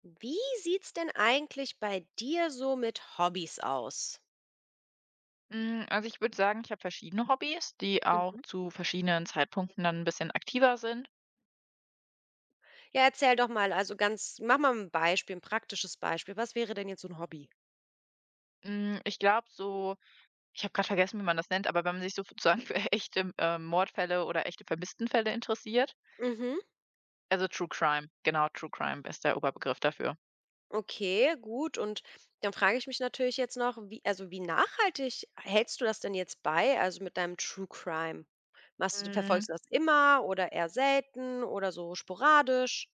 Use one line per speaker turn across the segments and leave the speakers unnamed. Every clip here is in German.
Wie sieht's denn eigentlich bei dir so mit Hobbys aus?
Ich würde sagen, ich habe verschiedene Hobbys, die auch
Mhm.
zu verschiedenen Zeitpunkten dann ein bisschen aktiver sind.
Ja, erzähl doch mal, also ganz mach mal ein Beispiel, ein praktisches Beispiel. Was wäre denn jetzt so ein Hobby?
Ich glaube so Ich habe gerade vergessen, wie man das nennt, aber wenn man sich so sozusagen für echte, Mordfälle oder echte Vermisstenfälle interessiert
Mhm,
also, True Crime, genau, True Crime ist der Oberbegriff dafür.
okay, gut und dann frage ich mich natürlich jetzt noch, wie nachhaltig hältst du das denn jetzt bei, also mit deinem True Crime? Machst du
Hm,
Verfolgst du das immer oder eher selten oder so sporadisch?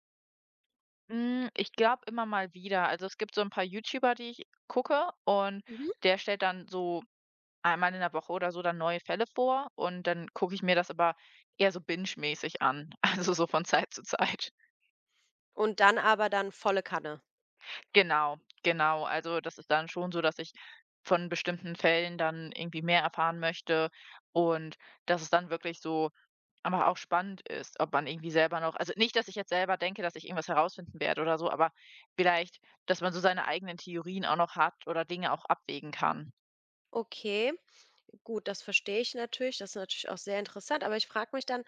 Ich glaube immer mal wieder. Also, es gibt so ein paar YouTuber, die ich gucke, und
Mhm.
der stellt dann so einmal in der Woche oder so dann neue Fälle vor, und dann gucke ich mir das aber eher so bingemäßig an, also so von Zeit zu Zeit.
Und dann aber dann volle Kanne?
Genau, genau. Also, das ist dann schon so, dass ich von bestimmten Fällen dann irgendwie mehr erfahren möchte und dass es dann wirklich so aber auch spannend ist, ob man irgendwie selber noch also nicht, dass ich jetzt selber denke, dass ich irgendwas herausfinden werde oder so, aber vielleicht, dass man so seine eigenen Theorien auch noch hat oder Dinge auch abwägen kann.
Okay. Gut, das verstehe ich natürlich. Das ist natürlich auch sehr interessant. Aber ich frage mich dann,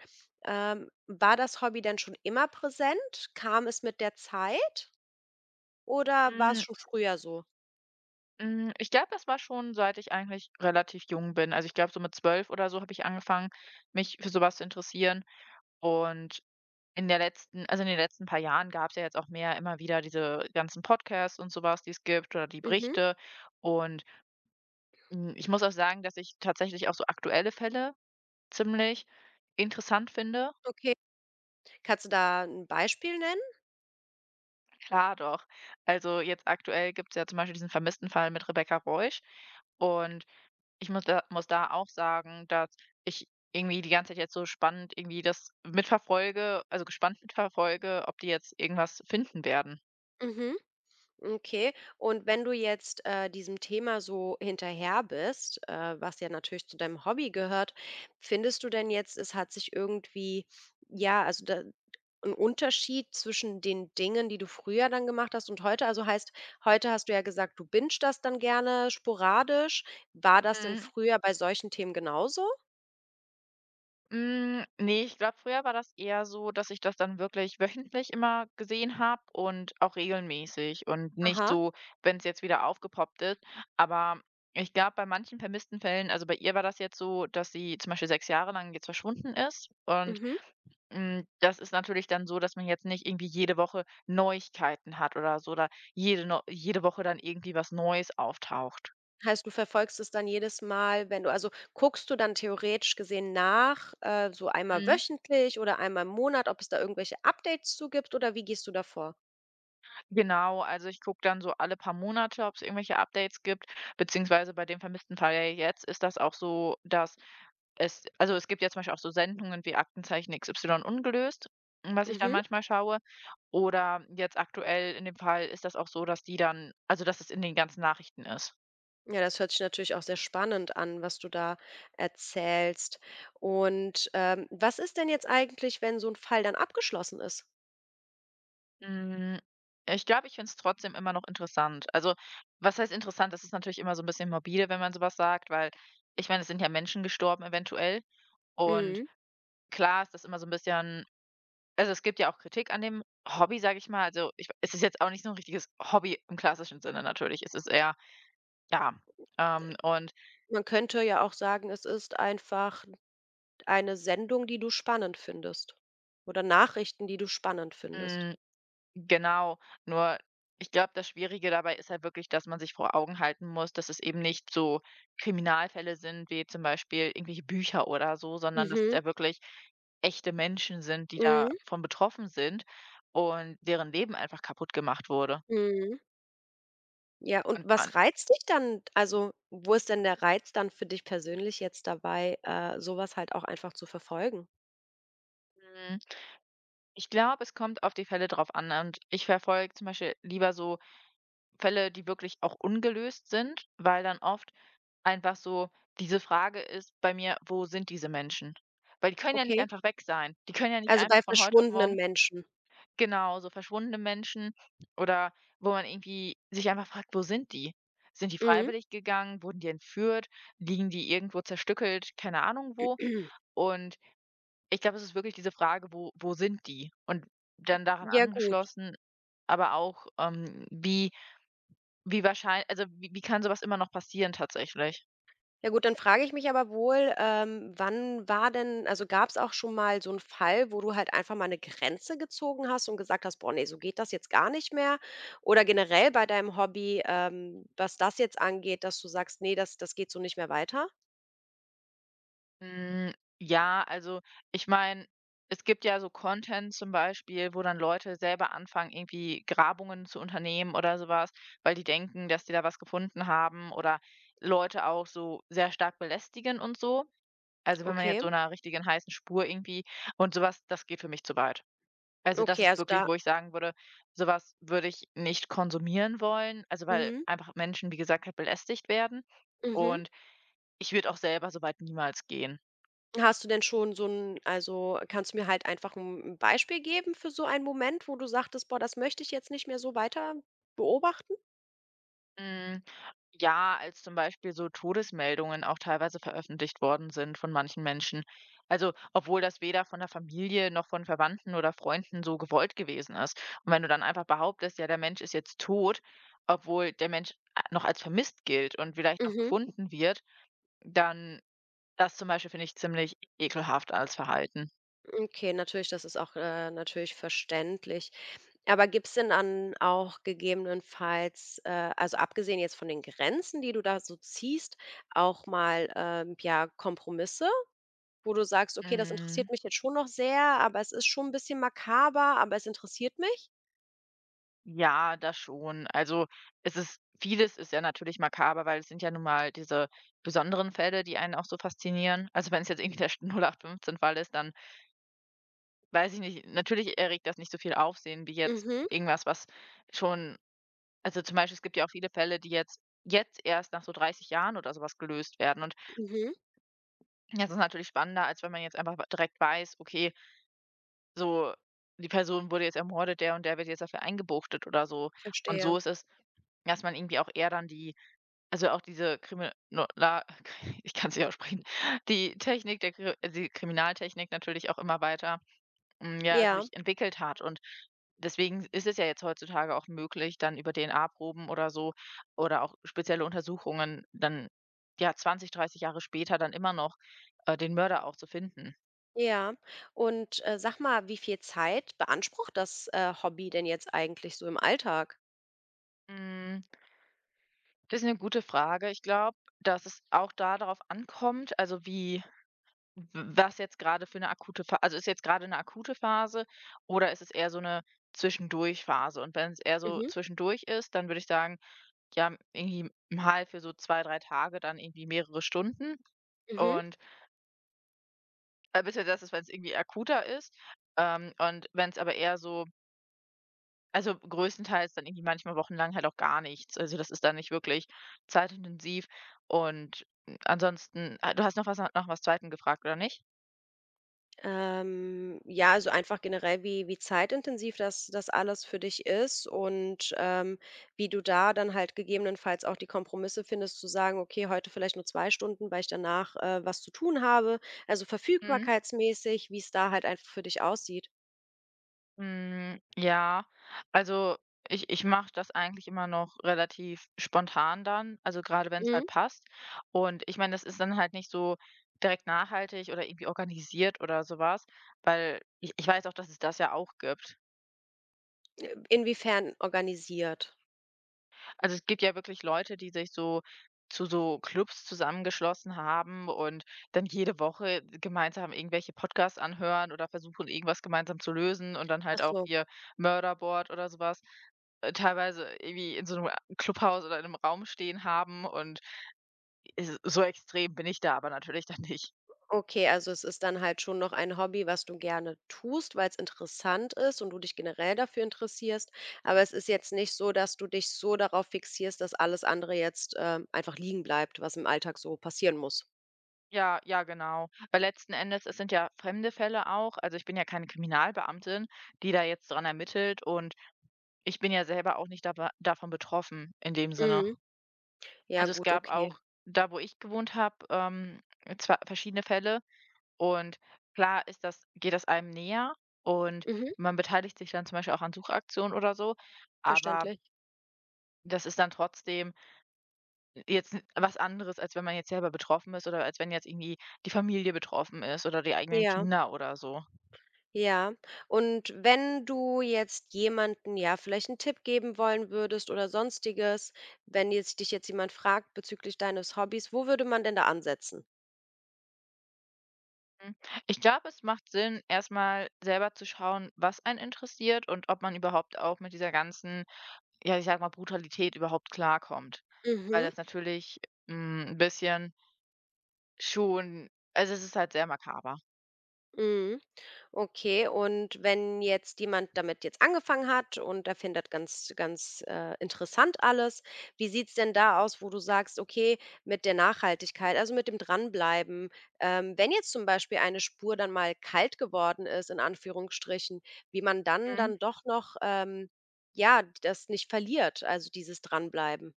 war das Hobby denn schon immer präsent? Kam es mit der Zeit oder war es schon früher so?
Ich glaube, das war schon, seit ich eigentlich relativ jung bin. Also, ich glaube, so mit 12 oder so habe ich angefangen, mich für so was zu interessieren. Und in der letzten also, in den letzten paar Jahren gab es ja jetzt auch mehr immer wieder diese ganzen Podcasts und so was, die es gibt oder die
Mhm,
Berichte. Und, ich muss auch sagen, dass ich tatsächlich auch so aktuelle Fälle ziemlich interessant finde.
okay. Kannst du da ein Beispiel nennen?
Klar doch. Also, jetzt aktuell gibt es ja zum Beispiel diesen vermissten Fall mit Rebecca Reusch. Und ich muss da auch sagen, dass ich irgendwie die ganze Zeit jetzt so spannend irgendwie das mitverfolge also gespannt mitverfolge, ob die jetzt irgendwas finden werden.
Mhm. Okay. Und wenn du jetzt, diesem Thema so hinterher bist, was ja natürlich zu deinem Hobby gehört, findest du denn jetzt, es hat sich irgendwie ja, also da 'n Unterschied zwischen den Dingen, die du früher dann gemacht hast und heute? Also, heißt, heute hast du ja gesagt, du binged das dann gerne sporadisch. War das denn
Mhm.
früher bei solchen Themen genauso?
Ne, ich glaube, früher war das eher so, dass ich das dann wirklich wöchentlich immer gesehen habe und auch regelmäßig und nicht
Aha.
so, wenn es jetzt wieder aufgepoppt ist. Aber ich glaube, bei manchen vermissten Fällen also bei ihr war das jetzt so, dass sie zum Beispiel 6 Jahre lang jetzt verschwunden ist. Und
Mhm.
Das ist natürlich dann so, dass man jetzt nicht irgendwie jede Woche Neuigkeiten hat oder so oder jede Woche dann irgendwie was Neues auftaucht.
Heißt, du verfolgst es dann jedes Mal, wenn du guckst du dann theoretisch gesehen nach, so einmal
Mhm.
wöchentlich oder einmal im Monat, ob es da irgendwelche Updates zu gibt oder wie gehst du da vor?
Genau, also ich gucke dann so alle paar Monate, ob es irgendwelche Updates gibt, beziehungsweise bei dem vermissten Fall ja jetzt ist das auch so, dass es gibt ja zum Beispiel auch so Sendungen wie Aktenzeichen XY ungelöst, was ich dann
Mhm.
manchmal schaue. Oder jetzt aktuell in dem Fall ist das auch so, dass die dann also dass es in den ganzen Nachrichten ist.
Ja, das hört sich natürlich auch sehr spannend an, was du da erzählst. Und, was ist denn jetzt eigentlich, wenn so ein Fall dann abgeschlossen ist?
Hm, Ich glaube, ich finde es trotzdem immer noch interessant. Also, was heißt interessant? Das ist natürlich immer so ein bisschen morbide, wenn man sowas sagt, weil ich meine, es sind ja Menschen gestorben eventuell, und
Mhm.
klar ist das immer so ein bisschen also, es gibt ja auch Kritik an dem Hobby, sage ich mal. Also, ich es ist jetzt auch nicht so ein richtiges Hobby im klassischen Sinne natürlich. Es ist eher ja, ähm, und,
Man könnte ja auch sagen, es ist einfach eine Sendung, die du spannend findest oder Nachrichten, die du spannend findest.
hm Genau, nur ich glaube, das Schwierige dabei ist halt wirklich, dass man sich vor Augen halten muss, dass es eben nicht so Kriminalfälle sind wie zum Beispiel irgendwelche Bücher oder so, sondern dass es
Mhm.
ja wirklich echte Menschen sind, die
Mhm.
davon betroffen sind und deren Leben einfach kaputt gemacht wurde.
Mhm. Ja, und
Und
was reizt dich dann? Also, wo ist denn der Reiz dann für dich persönlich jetzt dabei, so halt auch einfach zu verfolgen?
Mhm. Ich glaube, es kommt auf die Fälle drauf an. Und ich verfolge zum Beispiel lieber so Fälle, die wirklich auch ungelöst sind, weil dann oft einfach so diese Frage ist bei mir: „Wo sind diese Menschen?“ Weil die können ja nicht
Okay.
einfach weg sein. Die können ja nicht
Also, bei
einfach von heute auf
verschwundenen
morgen
Menschen.
genau, so verschwundene Menschen oder wo man irgendwie sich einfach fragt: „Wo sind die? Sind die
Mhm.
freiwillig gegangen? Wurden die entführt? Liegen die irgendwo zerstückelt, keine Ahnung wo?“ Und ich glaube, es ist wirklich diese Frage: „Wo sind die?“ Und dann daran
Ja gut.
angeschlossen, aber auch, wie wahrscheinlich, also, wie kann sowas immer noch passieren tatsächlich?
Ja gut, dann frage ich mich aber wohl, wann war denn also, gab's auch schon mal so 'n Fall, wo du halt einfach mal eine Grenze gezogen hast und gesagt hast: „Boah, nee, so geht das jetzt gar nicht mehr?“ Oder generell bei deinem Hobby, was das jetzt angeht, dass du sagst: nee, das geht so nicht mehr weiter?“
Hm, ja, also, ich meine, es gibt ja so Content zum Beispiel, wo dann Leute selber anfangen, irgendwie Grabungen zu unternehmen oder sowas, weil die denken, dass die da was gefunden haben oder Leute auch so sehr stark belästigen und so. Also, wenn man
Okay.
jetzt so einer richtigen heißen Spur irgendwie und sowas, das geht für mich zu weit. Also, das
Okay,
ist
also
wirklich,
da
wo ich sagen würde, sowas würde ich nicht konsumieren wollen, also, weil
mhm.
einfach Menschen, wie gesagt, halt belästigt werden
Mhm.
und ich würde auch selber so weit niemals gehen.
Hast du denn schon so ein, also, kannst du mir halt einfach ein 'n Beispiel geben für so einen Moment, wo du sagtest: „Boah, das möchte ich jetzt nicht mehr so weiter beobachten?“
Hm, ja, als zum Beispiel so Todesmeldungen auch teilweise veröffentlicht worden sind von manchen Menschen, also, obwohl das weder von der Familie noch von Verwandten oder Freunden so gewollt gewesen ist. Und wenn du dann einfach behauptest: „Ja, der Mensch ist jetzt tot“, obwohl der Mensch a noch als vermisst gilt und vielleicht noch
Mhm.
gefunden wird, dann Das zum Beispiel finde ich ziemlich ekelhaft als Verhalten.
Okay, natürlich, das ist auch, natürlich verständlich. Aber gibt es denn dann auch gegebenenfalls, also, abgesehen jetzt von den Grenzen, die du da so ziehst, auch mal, ja, Kompromisse, wo du sagst: „Okay, das interessiert
Mhm.
mich jetzt schon noch sehr, aber es ist schon ein bisschen makaber, aber es interessiert mich?“
Ja, das schon. Also, es ist vieles ist ja natürlich makaber, weil es sind ja nun mal diese besonderen Fälle, die einen auch so faszinieren. Also, wenn es jetzt irgendwie der St 08/15-Fall ist, dann weiß ich nicht, natürlich erregt das nicht so viel Aufsehen wie jetzt
Mhm,
irgendwas, was schon also, zum Beispiel, es gibt ja auch viele Fälle, die jetzt erst nach so 30 Jahren oder sowas gelöst werden. Und
mhm,
das ist natürlich spannender, als wenn man jetzt einfach direkt weiß: „Okay, So, die Person wurde jetzt ermordet, der und der wird jetzt dafür eingebuchtet oder so.“ Und so
verstehe.
ist es, dass man irgendwie auch eher dann die also auch diese Krimi ich kann's nicht aussprechen, die Technik der Kri also die Kriminaltechnik natürlich auch immer weiter, ja,
Ja.
sich entwickelt hat. Und deswegen ist es ja jetzt heutzutage auch möglich, dann über DNA-Proben oder so oder auch spezielle Untersuchungen dann, ja, 20, 30 Jahre später dann immer noch, den Mörder auch zu finden.
Ja. Und, sag mal, wie viel Zeit beansprucht das, Hobby denn jetzt eigentlich so im Alltag?
Hm. Das ist eine gute Frage. Ich glaube, dass es auch da darauf ankommt, also, wie w was jetzt gerade für eine akute Pha also, ist jetzt gerade eine akute Phase oder ist es eher so eine Zwischendurch-Phase? Und wenn es eher so
Mhm,
zwischendurch ist, dann würde ich sagen, ja, irgendwie mal für so 2 3 Tage dann irgendwie mehrere Stunden
mhm.
und, bis halt das ist, wenn es irgendwie akuter ist. Und wenn es aber eher so Also, größtenteils dann irgendwie manchmal wochenlang halt auch gar nichts. Also, das ist dann nicht wirklich zeitintensiv und, ansonsten ah, du hast noch was nach was zweiten gefragt, oder nicht?
Ja, also einfach generell, wie zeitintensiv das das alles für dich ist und, wie du da dann halt gegebenenfalls auch die Kompromisse findest zu sagen: „Okay, heute vielleicht nur 2 Stunden, weil ich danach, was zu tun habe.“ Also,
Mhm.
verfügbarkeitsmäßig, wie es da halt einfach für dich aussieht.
Ja, also, ich mache das eigentlich immer noch relativ spontan dann, also, gerade wenn es
Mhm.
halt passt. Und ich meine, das ist dann halt nicht so direkt nachhaltig oder irgendwie organisiert oder sowas, weil ich weiß auch, dass es das ja auch gibt.
Inwiefern organisiert?
Also, es gibt ja wirklich Leute, die sich so zu so Clubs zusammengeschlossen haben und dann jede Woche gemeinsam irgendwelche Podcasts anhören oder versuchen, irgendwas gemeinsam zu lösen und dann
Ach
halt auch
so.
ihr Murderboard oder sowas teilweise irgendwie in so einem Clubhaus oder in einem Raum stehen haben und es so extrem bin ich da aber natürlich dann nicht.
Okay, also es ist dann halt schon noch ein Hobby, was du gerne tust, weil es interessant ist und du dich generell dafür interessierst. Aber es ist jetzt nicht so, dass du dich so darauf fixierst, dass alles andere jetzt, einfach liegen bleibt, was im Alltag so passieren muss.
Ja, ja, genau. Weil letzten Endes es sind ja fremde Fälle auch. Also, ich bin ja keine Kriminalbeamtin, die da jetzt dran ermittelt, und ich bin ja selber auch nicht daba davon betroffen in dem Sinne.
Mhm. Ja
Also, es
gut,
gab
okay.
auch da, wo ich gewohnt habe, zwar verschiedene Fälle und klar ist das geht das einem näher und
Mhm,
man beteiligt sich dann zum Beispiel auch an Suchaktionen oder so, aber
verständlich.
das ist dann trotzdem jetzt was anderes, als wenn man jetzt selber betroffen ist oder als wenn jetzt irgendwie die Familie betroffen ist oder die eigenen
Ja,
Kinder oder so.
ja. Und wenn du jetzt jemanden, ja, vielleicht einen Tipp geben wollen würdest oder Sonstiges, wenn jetzt jemand fragt bezüglich deines Hobbys, wo würde man denn da ansetzen?
Hm, Ich glaube, es macht Sinn, erstmal selber zu schauen, was einen interessiert und ob man überhaupt auch mit dieser ganzen ja, ich sag mal, Brutalität überhaupt klarkommt. Weil
Mhm,
das natürlich, 'n bisschen schon also, es ist halt sehr makaber.
mhm. Okay, und wenn jetzt jemand damit jetzt angefangen hat und er findet ganz, interessant alles, wie sieht's denn da aus, wo du sagst: „Okay, mit der Nachhaltigkeit, also, mit dem Dranbleiben“, wenn jetzt zum Beispiel eine Spur dann mal kalt geworden ist, in Anführungsstrichen, wie man
Mhm.
dann doch noch, ja, das nicht verliert, also, dieses Dranbleiben.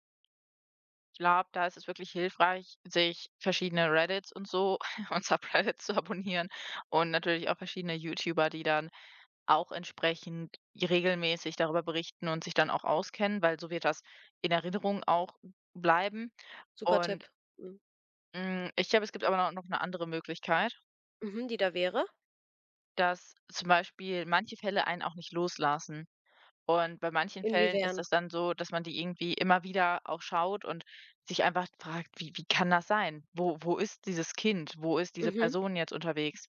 Ich glaube, da ist es wirklich hilfreich, sich verschiedene Reddits und so und Subreddits zu abonnieren und natürlich auch verschiedene YouTuber, die dann auch entsprechend regelmäßig darüber berichten und sich dann auch auskennen, weil so wird das in Erinnerung auch bleiben.
Super
Und,
Tipp, mhm.
ich glaube, es gibt aber no noch eine andere Möglichkeit.
Mhm, die da wäre?
Dass zum Beispiel manche Fälle einen auch nicht loslassen. Und bei manchen Fällen ist
Inwiefern?
das dann so, dass man die irgendwie immer wieder auch schaut und sich einfach fragt: „Wie kann das sein? Wo ist dieses Kind? Wo ist diese
Mhm.
Person jetzt unterwegs?“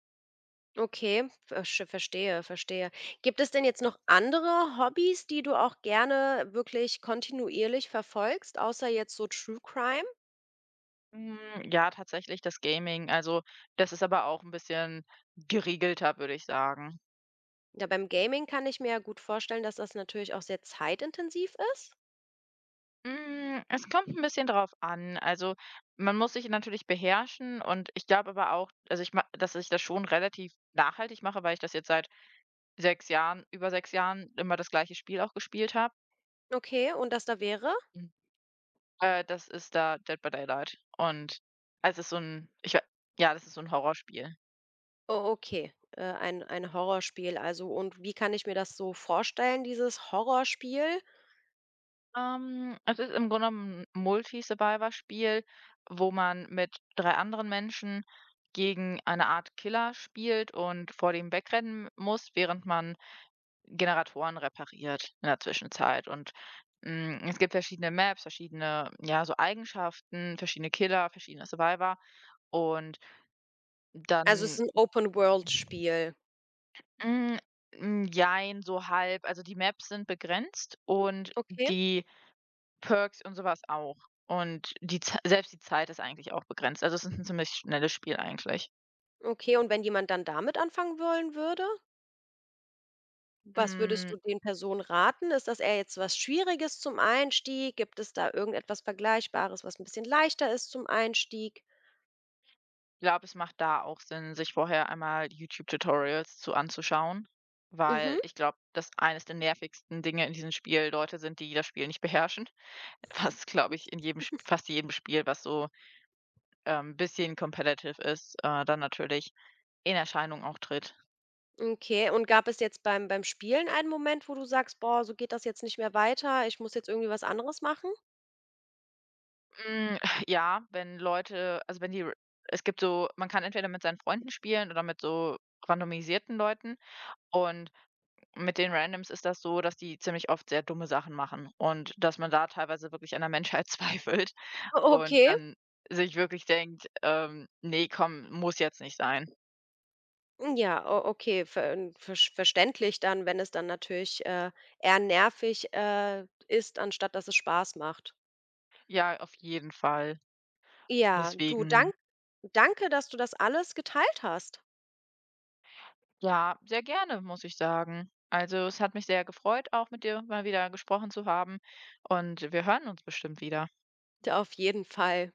Okay, versch verstehe, verstehe. Gibt es denn jetzt noch andere Hobbys, die du auch gerne wirklich kontinuierlich verfolgst, außer jetzt so True Crime?
Hm, ja, tatsächlich das Gaming. Also, das ist aber auch ein bisschen geregelter, würde ich sagen.
Ja, beim Gaming kann ich mir ja gut vorstellen, dass das natürlich auch sehr zeitintensiv ist.
Es kommt ein bisschen drauf an. Also, man muss sich natürlich beherrschen und ich glaube aber auch also, ich ma dass ich das schon relativ nachhaltig mache, weil ich das jetzt seit 6 Jahren über 6 Jahren immer das gleiche Spiel auch gespielt habe.
Okay, und das da wäre?
Mhm. Das ist da Dead by Daylight und es ist so ein ich wei ja, das ist so ein Horrorspiel.
Oh, okay, ein Horrorspiel. Also, und wie kann ich mir das so vorstellen, dieses Horrorspiel?
Es ist im Grunde genommen 'n Multi-Survivor-Spiel, wo man mit 3 anderen Menschen gegen eine Art Killer spielt und vor dem wegrennen muss, während man Generatoren repariert in der Zwischenzeit. Und, es gibt verschiedene Maps, verschiedene, ja, so Eigenschaften, verschiedene Killer, verschiedene Survivor und
Also, es ist
Dann,
ein Open-World-Spiel.
hm, jein, so halb. Also, die Maps sind begrenzt und
Okay,
die Perks und sowas auch. Und die Zei selbst die Zeit ist eigentlich auch begrenzt. Also, es ist ein ziemlich schnelles Spiel eigentlich.
okay. Und wenn jemand dann damit anfangen wollen würde? Was würdest
Mm,
du den Personen raten? Ist das eher jetzt was Schwieriges zum Einstieg? Gibt es da irgendetwas Vergleichbares, was ein bisschen leichter ist zum Einstieg?
Ich glaube, es macht da auch Sinn, sich vorher einmal YouTube-Tutorials zu anzuschauen, weil
Mhm,
ich glaube, dass eines der nervigsten Dinge in diesem Spiel Leute sind, die das Spiel nicht beherrschen, was, glaube ich, in jedem Sp fast jedem Spiel, was so, ein bisschen competitive ist, dann natürlich in Erscheinung auch tritt.
okay. Und gab es jetzt beim Spielen einen Moment, wo du sagst: „Boah, so geht das jetzt nicht mehr weiter. Ich muss jetzt irgendwie was anderes machen?“
Hm, ja, wenn Leute also, wenn die r es gibt so man kann entweder mit seinen Freunden spielen oder mit so randomisierten Leuten und mit den Randoms ist das so, dass die ziemlich oft sehr dumme Sachen machen und dass man da teilweise wirklich an der Menschheit zweifelt
O
und
okay.
dann sich wirklich denkt: „ Ne, komm, muss jetzt nicht sein.“
Ja, o okay, verständlich dann, wenn es dann natürlich, eher nervig, ist, anstatt dass es Spaß macht.
Ja, auf jeden Fall.
Ja, du,
Deswegen
dank danke, dass du das alles geteilt hast.
ja, sehr gerne, muss ich sagen. Also, es hat mich sehr gefreut, auch mit dir mal wieder gesprochen zu haben, und wir hören uns bestimmt wieder.
Auf jeden Fall.